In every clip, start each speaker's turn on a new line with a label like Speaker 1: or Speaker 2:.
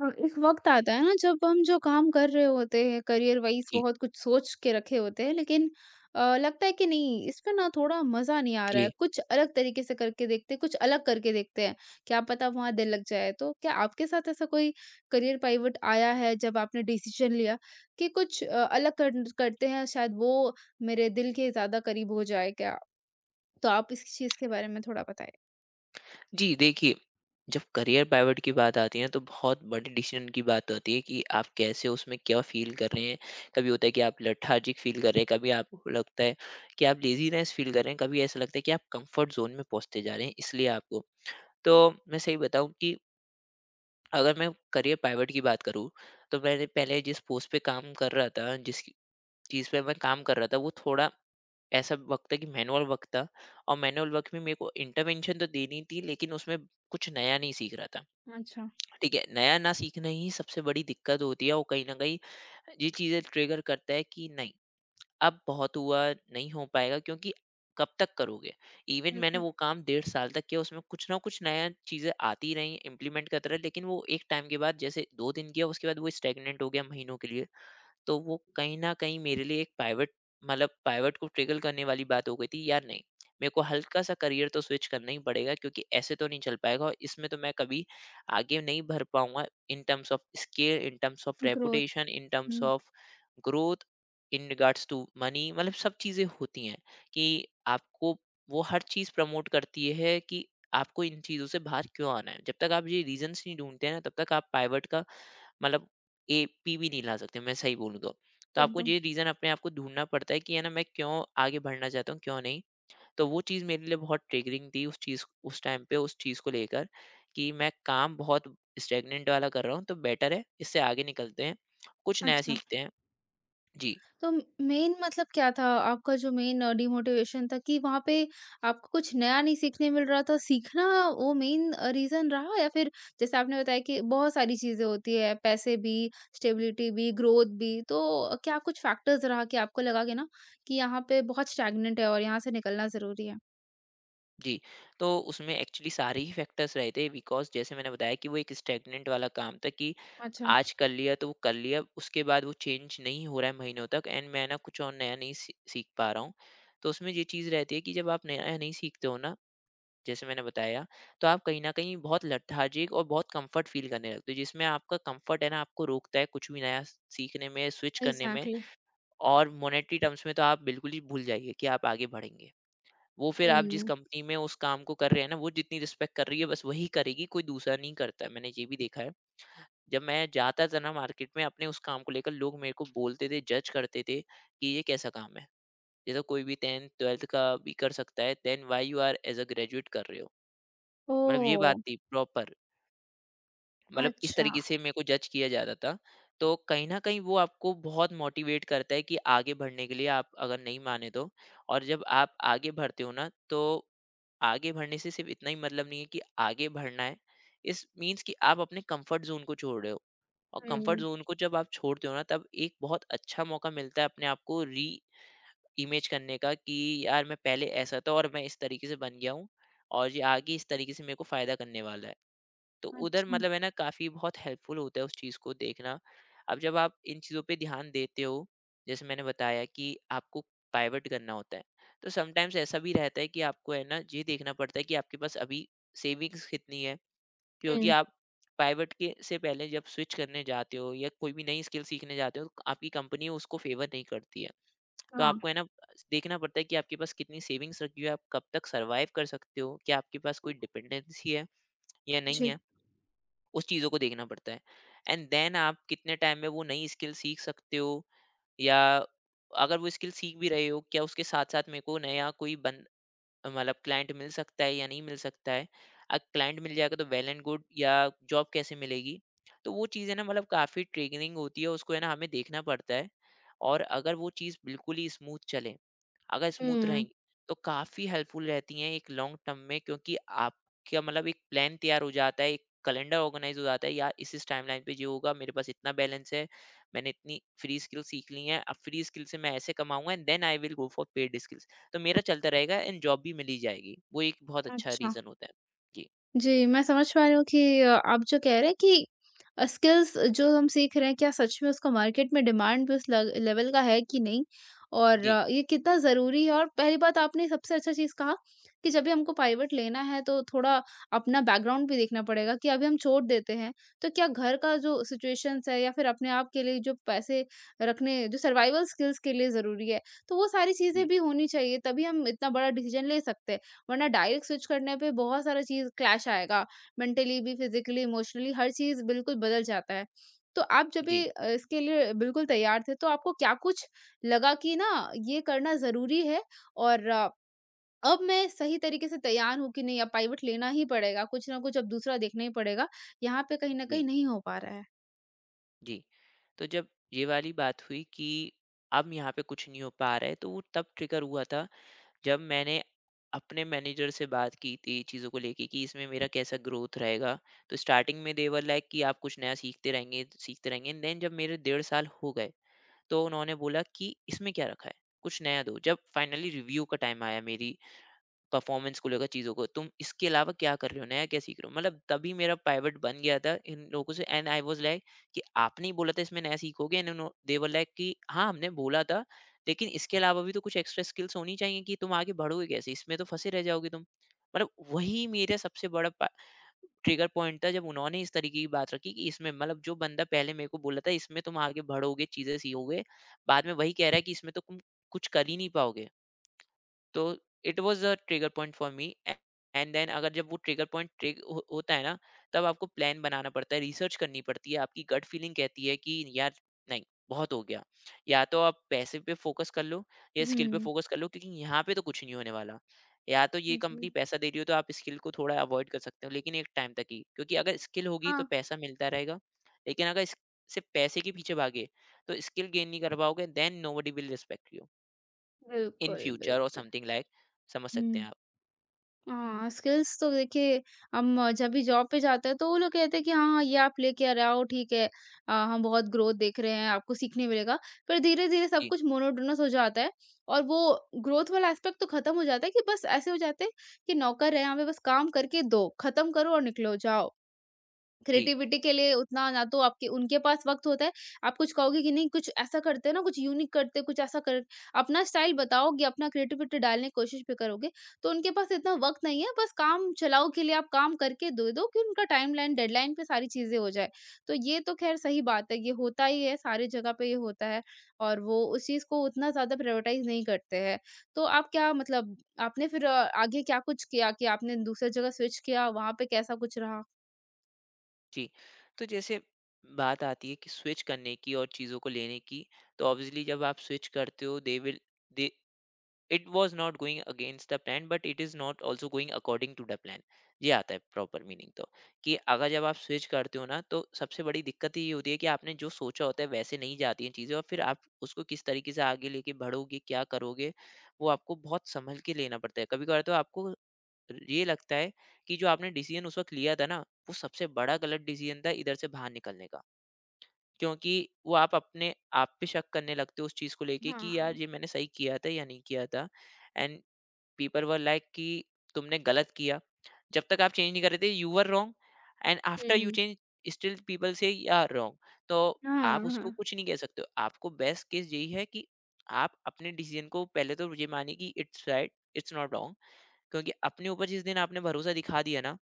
Speaker 1: हाँ, एक वक़्त आता है ना जब हम जो काम कर रहे होते हैं करियर वाइज़
Speaker 2: जी,
Speaker 1: बहुत कुछ सोच के रखे होते हैं लेकिन लगता है कि नहीं इसमें ना थोड़ा मज़ा नहीं आ रहा है,
Speaker 2: जी।
Speaker 1: कुछ अलग तरीके से करके देखते हैं, कुछ अलग करके देखते हैं, क्या पता वहाँ दिल लग जाए। तो क्या आपके साथ ऐसा कोई करियर पिवट आया है जब आपने डिसीज़न लिया कि कुछ अलग कर करते हैं शायद वो मेरे दिल के ज़्यादा करीब हो जाए क्या? तो आप इस चीज़ के बारे में थोड़ा बताएँ।
Speaker 2: जी, देखिए, जब करियर पिवट की बात आती है, तो बहुत बड़े डिसीज़न की बात होती है कि आप कैसे उसमें क्या फ़ील कर रहे हैं। कभी होता है कि आप लेथार्जिक फ़ील कर रहे हैं, कभी आपको लगता है कि आप लेज़ीनेस फ़ील कर रहे हैं, कभी ऐसा लगता है कि आप कम्फ़र्ट ज़ोन में पहुँचते जा रहे हैं, इसलिए आपको। तो मैं सही बताऊँ कि अगर मैं करियर पिवट की बात करूँ, तो मैंने पहले जिस पोस्ट पे काम कर रहा था, जिस चीज़ पे मैं काम कर रहा था, वो थोड़ा ऐसा वक्त था कि मैनुअल वर्क था। और मैनुअल वर्क में मेरे को इंटरवेंशन तो देनी थी, लेकिन उसमें कुछ नया नहीं सीख रहा था।
Speaker 1: अच्छा,
Speaker 2: ठीक है, नया ना सीखना ही सबसे बड़ी दिक्कत होती है, और कहीं ना कहीं ये चीज़ें ट्रिगर करता है कि नहीं, अब बहुत हुआ, नहीं हो पाएगा, क्योंकि कब तक करोगे। इवन मैंने
Speaker 1: बिल्कुल।
Speaker 2: वो काम 1.5 साल तक किया, उसमें कुछ ना कुछ नया चीज़ें आती रही, इम्प्लीमेंट करता रहा, लेकिन वो एक टाइम के बाद, जैसे 2 दिन किया, उसके बाद वो स्टेगनेंट हो गया महीनों के लिए। तो वो कहीं न कहीं मेरे लिए एक पाइवट, मतलब पाइवट को ट्रिगर करने वाली बात हो गई थी, यार नहीं, मेरे को हल्का-सा करियर तो स्विच करना ही पड़ेगा, क्योंकि ऐसे तो नहीं चल पाएगा, और इसमें तो मैं कभी आगे नहीं बढ़ पाऊँगा, in terms of scale, in terms of
Speaker 1: growth.
Speaker 2: Reputation, in terms
Speaker 1: हुँ,
Speaker 2: of growth, in regards to money, मतलब सब चीज़ें होती हैं कि आपको, वो हर चीज़ प्रमोट करती है कि आपको इन चीज़ों से बाहर क्यों आना है। जब तक आप ये रीज़न्स नहीं ढूँढते हैं ना, तब तक आप पाइवट का मतलब एपी भी नहीं ला सकते, मैं सही बोलूँ तो। तो आपको
Speaker 1: एकदम।
Speaker 2: ये रीज़न अपने आप को ढूँढना पड़ता है कि है ना, मैं क्यों आगे बढ़ना चाहता हूँ, क्यों नहीं। तो वो चीज़ मेरे लिए बहुत ट्रिगरिंग थी उस चीज़, उस टाइम पे, उस चीज़ को लेकर कि मैं काम बहुत स्टैग्नेंट वाला कर रहा हूँ, तो बेटर है इससे आगे निकलते हैं, कुछ नया
Speaker 1: अच्छा।
Speaker 2: सीखते हैं। जी।
Speaker 1: तो मेन मतलब क्या था आपका जो मेन डिमोटिवेशन था कि वहाँ पे आपको कुछ नया नहीं सीखने मिल रहा था, सीखना वो मेन रीज़न रहा या फिर जैसे आपने बताया कि बहुत सारी चीज़ें होती है, पैसे भी, स्टेबिलिटी भी, ग्रोथ भी, तो क्या कुछ फैक्टर्स रहा कि आपको लगा कि ना कि यहाँ पे बहुत स्टैग्नेंट है और यहाँ से निकलना ज़रूरी है?
Speaker 2: जी, तो उसमें एक्चुअली सारे ही फैक्टर्स रहे थे, बिकॉज़ जैसे मैंने बताया कि वो एक स्टैग्नेंट वाला काम था कि
Speaker 1: अच्छा,
Speaker 2: आज कर लिया तो वो कर लिया, उसके बाद वो चेंज नहीं हो रहा है महीनों तक, एंड मैं ना कुछ और नया नहीं सी सीख पा रहा हूँ। तो उसमें ये चीज़ रहती है कि जब आप नया नहीं सीखते हो ना, जैसे मैंने बताया, तो आप कहीं न कहीं बहुत लेथार्जिक और बहुत कम्फ़र्ट फ़ील करने लगते हो, जिसमें आपका कम्फ़र्ट है ना, आपको रोकता है कुछ भी नया सीखने में, स्विच करने में।
Speaker 1: एग्ज़ैक्टली।
Speaker 2: और मॉनेटरी टर्म्स में तो आप बिल्कुल ही भूल जाइए कि आप आगे बढ़ेंगे। वो फिर आप जिस
Speaker 1: हुँ।
Speaker 2: कंपनी में उस काम को कर रहे हैं ना, वो जितनी रिस्पेक्ट कर रही है, बस वही करेगी, कोई दूसरा नहीं करता है। मैंने ये भी देखा है। जब मैं जाता था ना मार्केट में अपने उस काम को लेकर, लोग मेरे को बोलते थे, जज करते थे कि ये कैसा काम है? ये तो कोई भी 10th-12th का भी कर सकता है, then why you are as a graduate कर रहे हो? मतलब ये बात
Speaker 1: ओह!
Speaker 2: थी प्रॉपर। मतलब इस
Speaker 1: अच्छा,
Speaker 2: तरीके से मेरे को जज किया जाता था। तो कहीं न कहीं वो आपको बहुत मोटिवेट करता है कि आगे बढ़ने के लिए, आप अगर नहीं माने तो। और जब आप आगे बढ़ते हो ना, तो आगे बढ़ने से सिर्फ इतना ही मतलब नहीं है कि आगे बढ़ना है, इस मीन्स कि आप अपने कंफर्ट जोन को छोड़ रहे हो। और कंफर्ट
Speaker 1: हुँ,
Speaker 2: जोन को जब आप छोड़ते हो ना, तब एक बहुत अच्छा मौका मिलता है अपने आप को री इमेज करने का कि यार, मैं पहले ऐसा था और मैं इस तरीके से बन गया हूँ, और ये आगे इस तरीके से मेरे को फायदा करने वाला है। तो उधर
Speaker 1: अच्छा,
Speaker 2: मतलब है ना, काफ़ी बहुत हेल्पफुल होता है उस चीज़ को देखना। अब जब आप इन चीज़ों पे ध्यान देते हो, जैसे मैंने बताया कि आपको पाइवट करना होता है, तो समटाइम्स ऐसा भी रहता है कि आपको है ना, ये देखना पड़ता है कि आपके पास अभी सेविंग्स कितनी है, क्योंकि
Speaker 1: हुँ।
Speaker 2: आप पाइवट के से पहले जब स्विच करने जाते हो या कोई भी नई स्किल सीखने जाते हो, तो आपकी कंपनी उसको फ़ेवर नहीं करती है। तो
Speaker 1: हाँ,
Speaker 2: आपको है ना, देखना पड़ता है कि आपके पास कितनी सेविंग्स रखी हुई है, आप कब तक सर्वाइव कर सकते हो, क्या आपके पास कोई डिपेंडेंसी है या नहीं है?
Speaker 1: जी,
Speaker 2: उस चीज़ों को देखना पड़ता है। एंड देन आप कितने टाइम में वो नई स्किल सीख सकते हो, या अगर वो स्किल सीख भी रहे हो, क्या उसके साथ-साथ मेरे को नया कोई बन मतलब क्लाइंट मिल सकता है या नहीं मिल सकता है? क्लाइंट मिल जाएगा तो वेल एंड गुड, या जॉब कैसे मिलेगी? तो वो चीज़ें ना मतलब काफ़ी ट्रिगरिंग होती है, उसको है ना, हमें देखना पड़ता है। और अगर वो चीज़ बिल्कुल ही स्मूथ चले, अगर स्मूथ
Speaker 1: हुँ,
Speaker 2: रहीं, तो काफ़ी हेल्पफुल रहती हैं एक लॉन्ग टर्म में, क्योंकि आपका मतलब एक प्लान तैयार हो जाता है, एक कैलेंडर ऑर्गेनाइज हो जाता है। यार इस टाइमलाइन पे ये होगा, मेरे पास इतना बैलेंस है, मैंने इतनी फ्री स्किल सीख ली है, अब फ्री स्किल से मैं ऐसे कमाऊँगा, and then I will go for paid skills. तो मेरा चलता रहेगा, एंड जॉब भी मिल ही जाएगी। वो एक बहुत अच्छा
Speaker 1: अच्छा।
Speaker 2: रीज़न होता है। जी,
Speaker 1: जी, मैं समझ पा रही हूँ कि आप जो कह रहे हैं कि स्किल्स जो हम सीख रहे हैं क्या सच में उसका मार्केट में डिमांड भी उस लग लेवल का है कि नहीं? और
Speaker 2: जी,
Speaker 1: ये कितना ज़रूरी है और पहली बात आपने सबसे अच्छा चीज़ कहा कि जब भी हमको पाइवट लेना है तो थोड़ा अपना बैकग्राउंड भी देखना पड़ेगा कि अभी हम छोड़ देते हैं, तो क्या घर का जो सिचुएशंस है या फिर अपने आप के लिए जो पैसे रखने जो सर्वाइवल स्किल्स के लिए ज़रूरी है, तो वो सारी चीज़ें
Speaker 2: जी,
Speaker 1: भी होनी चाहिए तभी हम इतना बड़ा डिसीज़न ले सकते हैं। वरना डायरेक्ट स्विच करने पे बहुत सारा चीज़ क्लैश आएगा। मेंटली भी, फिज़िकली, इमोशनली हर चीज़ बिल्कुल बदल जाता है। तो आप जब भी
Speaker 2: जी,
Speaker 1: इसके लिए बिल्कुल तैयार थे तो आपको क्या कुछ लगा कि ना ये करना ज़रूरी है और अब मैं सही तरीके से तैयार हूँ कि नहीं अब पाइवट लेना ही पड़ेगा, कुछ ना कुछ अब दूसरा देखना ही पड़ेगा, यहाँ पे कहीं न
Speaker 2: जी,
Speaker 1: कहीं नहीं हो पा रहा है?
Speaker 2: जी। तो जब ये वाली बात हुई कि अब यहाँ पे कुछ नहीं हो पा रहा है, तो वो तब ट्रिगर हुआ था जब मैंने अपने मैनेजर से बात की थी चीज़ों को लेके कि इसमें मेरा कैसा ग्रोथ रहेगा, तो स्टार्टिंग में दे वर लाइक कि आप कुछ नया सीखते रहेंगे, सीखते रहेंगे। एंड देन जब मेरे 1.5 साल हो गए, तो उन्होंने बोला कि इसमें क्या रखा है? कुछ नया दो। जब फाइनली रिव्यू का टाइम आया मेरी परफॉर्मेंस को लेकर, चीज़ों को, तुम इसके अलावा क्या कर रहे हो? नया क्या सीख रहे हो? मतलब तभी मेरा पाइवट बन गया था इन लोगों से, एंड आई वाज़ लाइक कि आपने ही बोला था इसमें नया सीखोगे, एंड उन्हो दे वर लाइक कि हाँ, हमने बोला था, लेकिन इसके अलावा भी तो कुछ एक्स्ट्रा स्किल्स होनी चाहिए कि तुम आगे बढ़ोगे कैसे? इसमें तो फँसे रह जाओगे तुम। मतलब वही मेरा सबसे बड़ा पा ट्रिगर पॉइंट था जब उन्होंने इस तरीके की बात रखी कि इसमें मतलब जो बंदा पहले मेरे को बोला था इसमें तुम आगे बढ़ोगे, चीज़ें सीखोगे, बाद में वही कह रहा है कि इसमें तो तुम कुछ कर ही नहीं पाओगे। तो it was a trigger point for me, and then अगर जब वो ट्रिगर पॉइंट होता है ना, तब आपको प्लान बनाना पड़ता है, रिसर्च करनी पड़ती है, आपकी गट फीलिंग कहती है कि यार नहीं, बहुत हो गया, या तो आप पैसे पे फोकस कर लो, या स्किल पे
Speaker 1: हुँ,
Speaker 2: फोकस कर लो, क्योंकि यहाँ पे तो कुछ नहीं होने वाला। या तो ये
Speaker 1: जी।
Speaker 2: कंपनी पैसा दे रही हो तो आप स्किल को थोड़ा अवॉइड कर सकते हो, लेकिन एक टाइम तक ही, क्योंकि अगर स्किल होगी तो
Speaker 1: हाँ,
Speaker 2: पैसा मिलता रहेगा, लेकिन अगर सिर्फ पैसे के पीछे भागे, तो स्किल गेन नहीं कर पाओगे, then nobody will respect you in
Speaker 1: बिल्कुल,
Speaker 2: फ्यूचर और
Speaker 1: बिल्कुल।
Speaker 2: Something like. समझ सकते हैं
Speaker 1: हुँ।
Speaker 2: आप।
Speaker 1: हाँ, स्किल्स तो देखिए हम जब भी जॉब पे जाते हैं तो वो लोग कहते हैं कि हाँ हाँ, ये आप लेके आ रहे हो ठीक है हम बहुत ग्रोथ देख रहे हैं आपको सीखने मिलेगा पर धीरे धीरे सब
Speaker 2: जी,
Speaker 1: कुछ मोनोटोनस हो जाता है और वो ग्रोथ वाला एस्पेक्ट तो खत्म हो जाता है कि बस ऐसे हो जाते हैं कि नौकर है हमें बस काम करके दो खत्म करो और निकलो जाओ
Speaker 2: जी,
Speaker 1: क्रिएटिविटी के लिए उतना ना तो आपके उनके पास वक़्त होता है, आप कुछ कहोगे कि नहीं कुछ ऐसा करते हैं ना, कुछ यूनिक करते हैं, कुछ ऐसा कर अपना स्टाइल बताओगे, अपना क्रिएटिविटी डालने की कोशिश भी करोगे, तो उनके पास इतना वक़्त नहीं है, बस काम चलाओ के लिए आप काम करके दे दो कि उनका टाइमलाइन, डेडलाइन पे सारी चीज़ें हो जाए। तो ये तो ख़ैर सही बात है, ये होता ही है, सारी जगह पे ये होता है और वो उस चीज़ को उतना ज़्यादा प्रायोरिटाइज़ नहीं करते हैं। तो आप क्या मतलब आपने फिर आगे क्या कुछ किया कि आपने दूसरी जगह स्विच किया, वहाँ पे कैसा कुछ रहा?
Speaker 2: जी। तो जैसे बात आती है कि स्विच करने की और चीज़ों को लेने की, तो ऑब्वियसली जब आप स्विच करते हो, they will they it was not going against the plan, but it is not also going according to the plan. ये आता है प्रॉपर मीनिंग तो, कि अगर जब आप स्विच करते हो ना, तो सबसे बड़ी दिक्कत ये होती है कि आपने जो सोचा होता है वैसे नहीं जाती हैं चीज़ें, और फिर आप उसको किस तरीके से आगे लेके बढ़ोगे, क्या करोगे, वो आपको बहुत सँभल के लेना पड़ता है। कभी-कभार तो आपको ये लगता है कि जो आपने डिसीजन उस वक़्त लिया था ना, वो सबसे बड़ा गलत डिसीजन था इधर से बाहर निकलने का। क्योंकि वो आप अपने आप पे शक करने लगते हो उस चीज़ को लेके कि यार,
Speaker 1: हाँ।
Speaker 2: ये मैंने सही किया था या नहीं किया था। एंड पीपल वर लाइक कि तुमने गलत किया। जब तक आप चेंज नहीं कर रहे थे you were wrong, and after you
Speaker 1: हुँ,
Speaker 2: change still people say you are wrong. तो आप
Speaker 1: हाँ,
Speaker 2: उसको
Speaker 1: हाँ,
Speaker 2: कुछ नहीं कह सकते हो। आपको बेस्ट केस यही है कि आप अपने डिसीजन को पहले तो ये मानिए कि it's right, it's not wrong. क्योंकि अपने ऊपर जिस दिन आपने भरोसा दिखा दिया ना,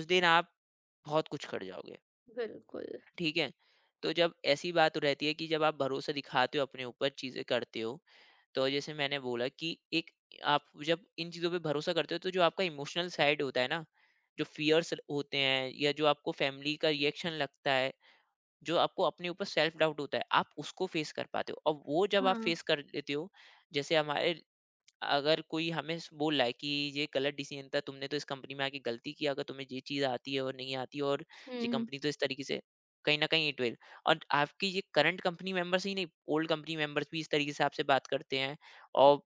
Speaker 2: उस दिन आप बहुत कुछ कर जाओगे।
Speaker 1: बिल्कुल।
Speaker 2: ठीक है, तो जब ऐसी बात रहती है कि जब आप भरोसा दिखाते हो, अपने ऊपर चीजें करते हो, तो जैसे मैंने बोला कि एक आप जब इन चीजों पे भरोसा करते हो तो जो आपका इमोशनल साइड होता है ना, जो फियर्स होते हैं या जो आपको फैमिली का रिएक्शन लगता है, जो आपको अपने ऊपर सेल्फ डाउट होता है, आप उसको फेस कर पाते हो और वो जब आप
Speaker 1: हाँ,
Speaker 2: फेस कर लेते हो। जैसे हमारे, अगर कोई हमें बोल रहा है कि ये गलत डिसीजन था तुमने, तो इस कंपनी में आके गलती की, अगर तुम्हें ये चीज़ आती है और नहीं आती है, और ये
Speaker 1: हुँ,
Speaker 2: कंपनी तो इस तरीके से कहीं ना कहीं इट विल। और आपकी ये करंट कंपनी मेंबर्स ही नहीं, ओल्ड कंपनी मेंबर्स भी इस तरीके से आपसे बात करते हैं। और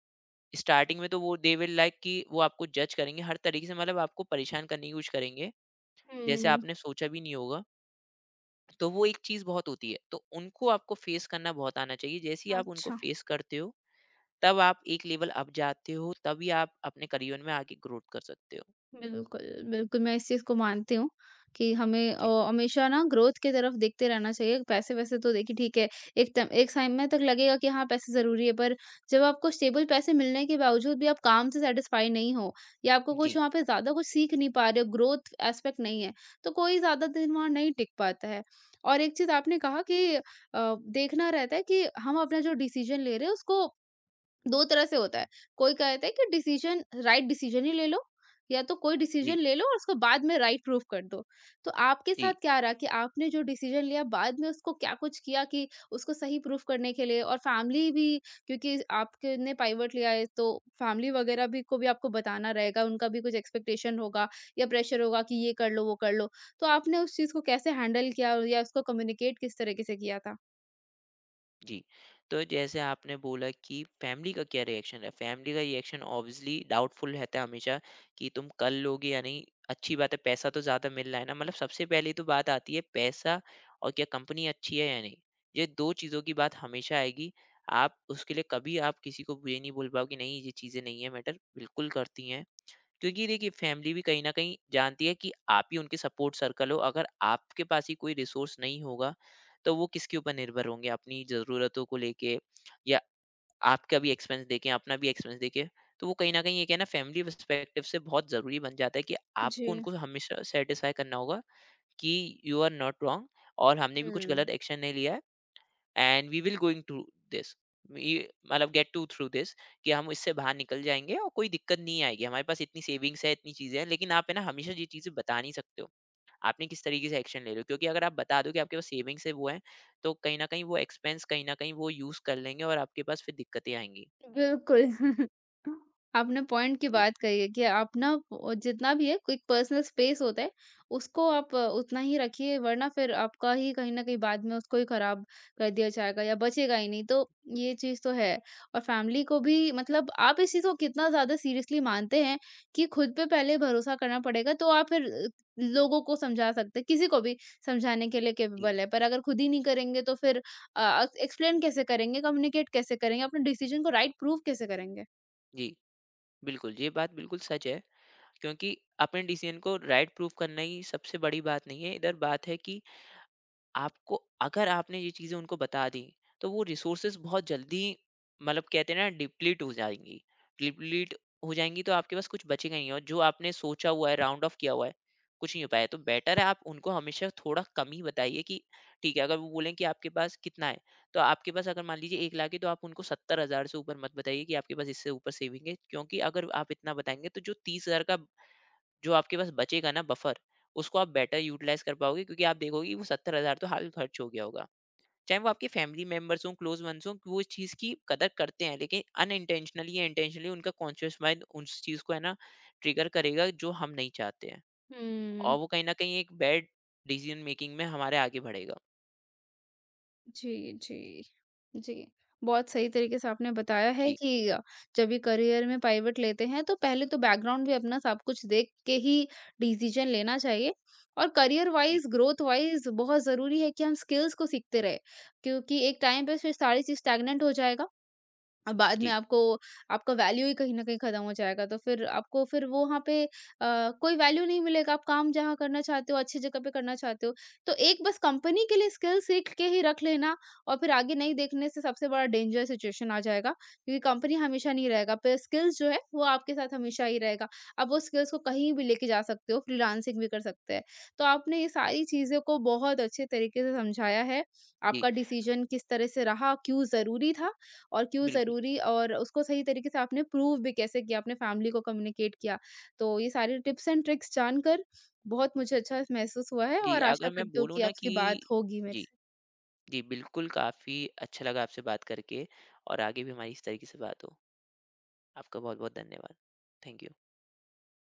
Speaker 2: स्टार्टिंग में तो वो दे विल लाइक कि वो आपको जज करेंगे हर तरीके से, मतलब आपको परेशान करने की कोशिश करेंगे
Speaker 1: हुँ,
Speaker 2: जैसे
Speaker 1: हुँ,
Speaker 2: आपने सोचा भी नहीं होगा। तो वो एक चीज़ बहुत होती है, तो उनको आपको फेस करना बहुत आना चाहिए। जैसे ही आप उनको
Speaker 1: अच्छा।
Speaker 2: फेस करते हो तब आप एक लेवल अप जाते हो, तभी आप अपने करियर में आगे ग्रोथ कर सकते हो।
Speaker 1: बिल्कुल, बिल्कुल, मैं इस चीज़ को मानती हूँ कि हमें
Speaker 2: जी,
Speaker 1: हमेशा ना ग्रोथ की तरफ देखते रहना चाहिए। पैसे-वैसे तो देखिए ठीक है, एक समय तक लगेगा कि हाँ, पैसे ज़रूरी है, पर जब आपको स्टेबल पैसे मिलने के बावजूद भी आप काम से सैटिस्फाई नहीं हो या आपको कुछ
Speaker 2: जी,
Speaker 1: वहाँ पे ज़्यादा कुछ सीख नहीं पा रहे हो, ग्रोथ एस्पेक्ट नहीं है, तो कोई ज़्यादा दिन वहाँ नहीं टिक पाता है। और एक चीज़ आपने कहा कि देखना रहता है कि हम अपना जो डिसीज़न ले रहे हैं, उसको 2 तरह से होता है। कोई कहता है कि डिसीज़न राइट डिसीज़न ही ले लो या तो कोई
Speaker 2: जी,
Speaker 1: डिसीज़न ले लो और उसको बाद में राइट प्रूफ कर दो। तो आपके साथ
Speaker 2: जी,
Speaker 1: क्या रहा कि आपने जो डिसीज़न लिया बाद में उसको क्या कुछ किया कि उसको सही प्रूफ करने के लिए और फैमिली भी क्योंकि आपके ने पाइवट लिया है तो फैमिली वगैरह भी को भी आपको बताना रहेगा, उनका भी कुछ एक्सपेक्टेशन होगा या प्रेशर होगा कि ये कर लो, वो कर लो। तो आपने उस चीज़ को कैसे हैंडल किया या उसको कम्युनिकेट किस तरीके से किया था?
Speaker 2: जी। तो जैसे आपने बोला कि फैमिली का क्या रिएक्शन है? फैमिली का रिएक्शन ऑब्वियसली डाउटफुल रहता है हमेशा, कि तुम कर लोगे या नहीं। अच्छी बात है, पैसा तो ज़्यादा मिल रहा है ना, मतलब सबसे पहली तो बात आती है पैसा, और क्या कंपनी अच्छी है या नहीं। ये 2 चीज़ों की बात हमेशा आएगी। आप उसके लिए कभी आप किसी को ये नहीं बोल पाओगे नहीं, ये चीज़ें नहीं है मैटर, बिल्कुल करती हैं। क्योंकि देखिए, फैमिली भी कहीं ना कहीं जानती है कि आप ही उनके सपोर्ट सर्कल हो। अगर आपके पास ही कोई रिसोर्स नहीं होगा तो वो किसके ऊपर निर्भर होंगे अपनी ज़रूरतों को लेके, या आपका भी एक्सपेंस देखें, अपना भी एक्सपेंस देखें। तो वो कहीं ना कहीं ये कहना फैमिली पर्सपेक्टिव से बहुत ज़रूरी बन जाता है कि आपको
Speaker 1: जी।
Speaker 2: उनको हमेशा सेटिस्फाई करना होगा कि यू आर नॉट रॉन्ग और हमने भी कुछ गलत
Speaker 1: हुँ।
Speaker 2: एक्शन नहीं लिया है। And we will going through this, ये मतलब गेट टू थ्रू दिस, कि हम इससे बाहर निकल जाएंगे और कोई दिक्कत नहीं आएगी, हमारे पास इतनी सेविंग्स है इतनी चीजें हैं। लेकिन आप है ना हमेशा ये चीजें बता नहीं सकते हो आपने किस तरीके से एक्शन ले रहे हो, क्योंकि अगर आप बता दो कि आपके पास सेविंग्स है वो है, तो कहीं ना कहीं वो एक्सपेंस कहीं ना कहीं वो यूज कर लेंगे और आपके पास फिर दिक्कतें आएंगी।
Speaker 1: बिल्कुल। आपने पॉइंट की
Speaker 2: जी,
Speaker 1: बात कही है कि आप ना जितना भी है एक पर्सनल स्पेस होता है, उसको आप उतना ही रखिए वरना फिर आपका ही कहीं न कहीं बाद में उसको ही खराब कर दिया जाएगा या बचेगा ही नहीं, तो ये चीज़ तो है। और फैमिली को भी मतलब आप इस चीज़ को कितना ज़्यादा सीरियसली मानते हैं कि खुद पे पहले भरोसा करना पड़ेगा तो आप फिर लोगों को समझा सकते हैं, किसी को भी समझाने के लिए
Speaker 2: जी,
Speaker 1: कैपेबल है। पर अगर खुद ही नहीं करेंगे तो फिर एक्सप्लेन कैसे करेंगे, कम्युनिकेट कैसे करेंगे, अपने डिसीज़न को राइट प्रूव कैसे करेंगे?
Speaker 2: जी। बिल्कुल, ये बात बिल्कुल सच है, क्योंकि अपने डिसीजन को राइट प्रूफ करना ही सबसे बड़ी बात नहीं है, इधर बात है कि आपको, अगर आपने ये चीज़ें उनको बता दी, तो वो रिसोर्सेज बहुत जल्दी, मतलब कहते हैं ना, डिप्लीट हो जाएंगी। डिप्लीट हो जाएंगी तो आपके पास कुछ बचेगा नहीं, और जो आपने सोचा हुआ है, राउंड ऑफ किया हुआ है, कुछ नहीं हो पाया, तो बेटर है आप उनको हमेशा थोड़ा कम ही बताइए। कि ठीक है, अगर वो बोलें कि आपके पास कितना है, तो आपके पास अगर मान लीजिए 1 लाख है, तो आप उनको 70,000 से ऊपर मत बताइए कि आपके पास इससे ऊपर सेविंग है, क्योंकि अगर आप इतना बताएंगे तो जो 30,000 का जो आपके पास बचेगा ना बफर, उसको आप बेटर यूटिलाइज़ कर पाओगे, क्योंकि आप देखोगे कि वो 70,000 तो हाल खर्च हो गया होगा। चाहे वो आपके फैमिली मेंबर्स हों, क्लोज़ वन्स हों, कि वो इस चीज़ की कदर करते हैं, लेकिन अनइंटेंशनली या इंटेंशनली उनका कॉन्शियस माइंड उस चीज़ को है ना ट्रिगर करेगा जो हम नहीं चाहते हैं। और
Speaker 1: हुँ।
Speaker 2: वो कहीं न कहीं एक बैड डिसीज़न मेकिंग में हमारे आगे बढ़ेगा।
Speaker 1: जी, जी। जी, बहुत सही तरीके से आपने बताया है
Speaker 2: जी,
Speaker 1: कि जब भी करियर में पिवट लेते हैं तो पहले तो बैकग्राउंड भी अपना सब कुछ देख के ही डिसीज़न लेना चाहिए और करियर
Speaker 2: जी,
Speaker 1: वाइज़, ग्रोथ वाइज़ बहुत ज़रूरी है कि हम स्किल्स को सीखते रहें, क्योंकि एक टाइम पे फिर सारी चीज़ स्टैग्नेंट हो जाएगा बाद में
Speaker 2: जी,
Speaker 1: आपको आपका वैल्यू ही कहीं न कहीं खत्म हो जाएगा, तो फिर आपको फिर वो वहाँ पे कोई वैल्यू नहीं मिलेगा। आप काम जहाँ करना चाहते हो, अच्छी जगह पे करना चाहते हो, तो एक बस कंपनी के लिए स्किल सीख के ही रख लेना और फिर आगे नहीं देखने से सबसे बड़ा डेंजर सिचुएशन आ जाएगा, क्योंकि कंपनी हमेशा नहीं रहेगा, पर स्किल्स जो है वो आपके साथ हमेशा ही रहेगा। आप वो स्किल्स को कहीं भी लेके जा सकते हो, फ्रीलांसिंग भी कर सकते हैं। तो आपने ये सारी चीज़ों को बहुत अच्छे तरीके से समझाया है,
Speaker 2: जी,
Speaker 1: आपका डिसीजन किस तरह से रहा, क्यों ज़रूरी था और क्यों
Speaker 2: बिल्कुल।
Speaker 1: ज़रूरी और उसको सही तरीके से आपने प्रूव भी कैसे किया, अपने फैमिली को कम्युनिकेट किया। तो ये सारे टिप्स एंड ट्रिक्स जानकर बहुत मुझे अच्छा महसूस हुआ है
Speaker 2: जी,
Speaker 1: और
Speaker 2: अगर
Speaker 1: आशा
Speaker 2: मैं
Speaker 1: करती हूँ
Speaker 2: बोलूँ
Speaker 1: कि
Speaker 2: ना कि
Speaker 1: आपकी बात होगी मेरे
Speaker 2: जी,
Speaker 1: से।
Speaker 2: जी, बिल्कुल, काफ़ी अच्छा लगा आपसे बात करके और आगे भी हमारी इस तरीके से बात हो। आपका बहुत बहुत धन्यवाद। Thank you.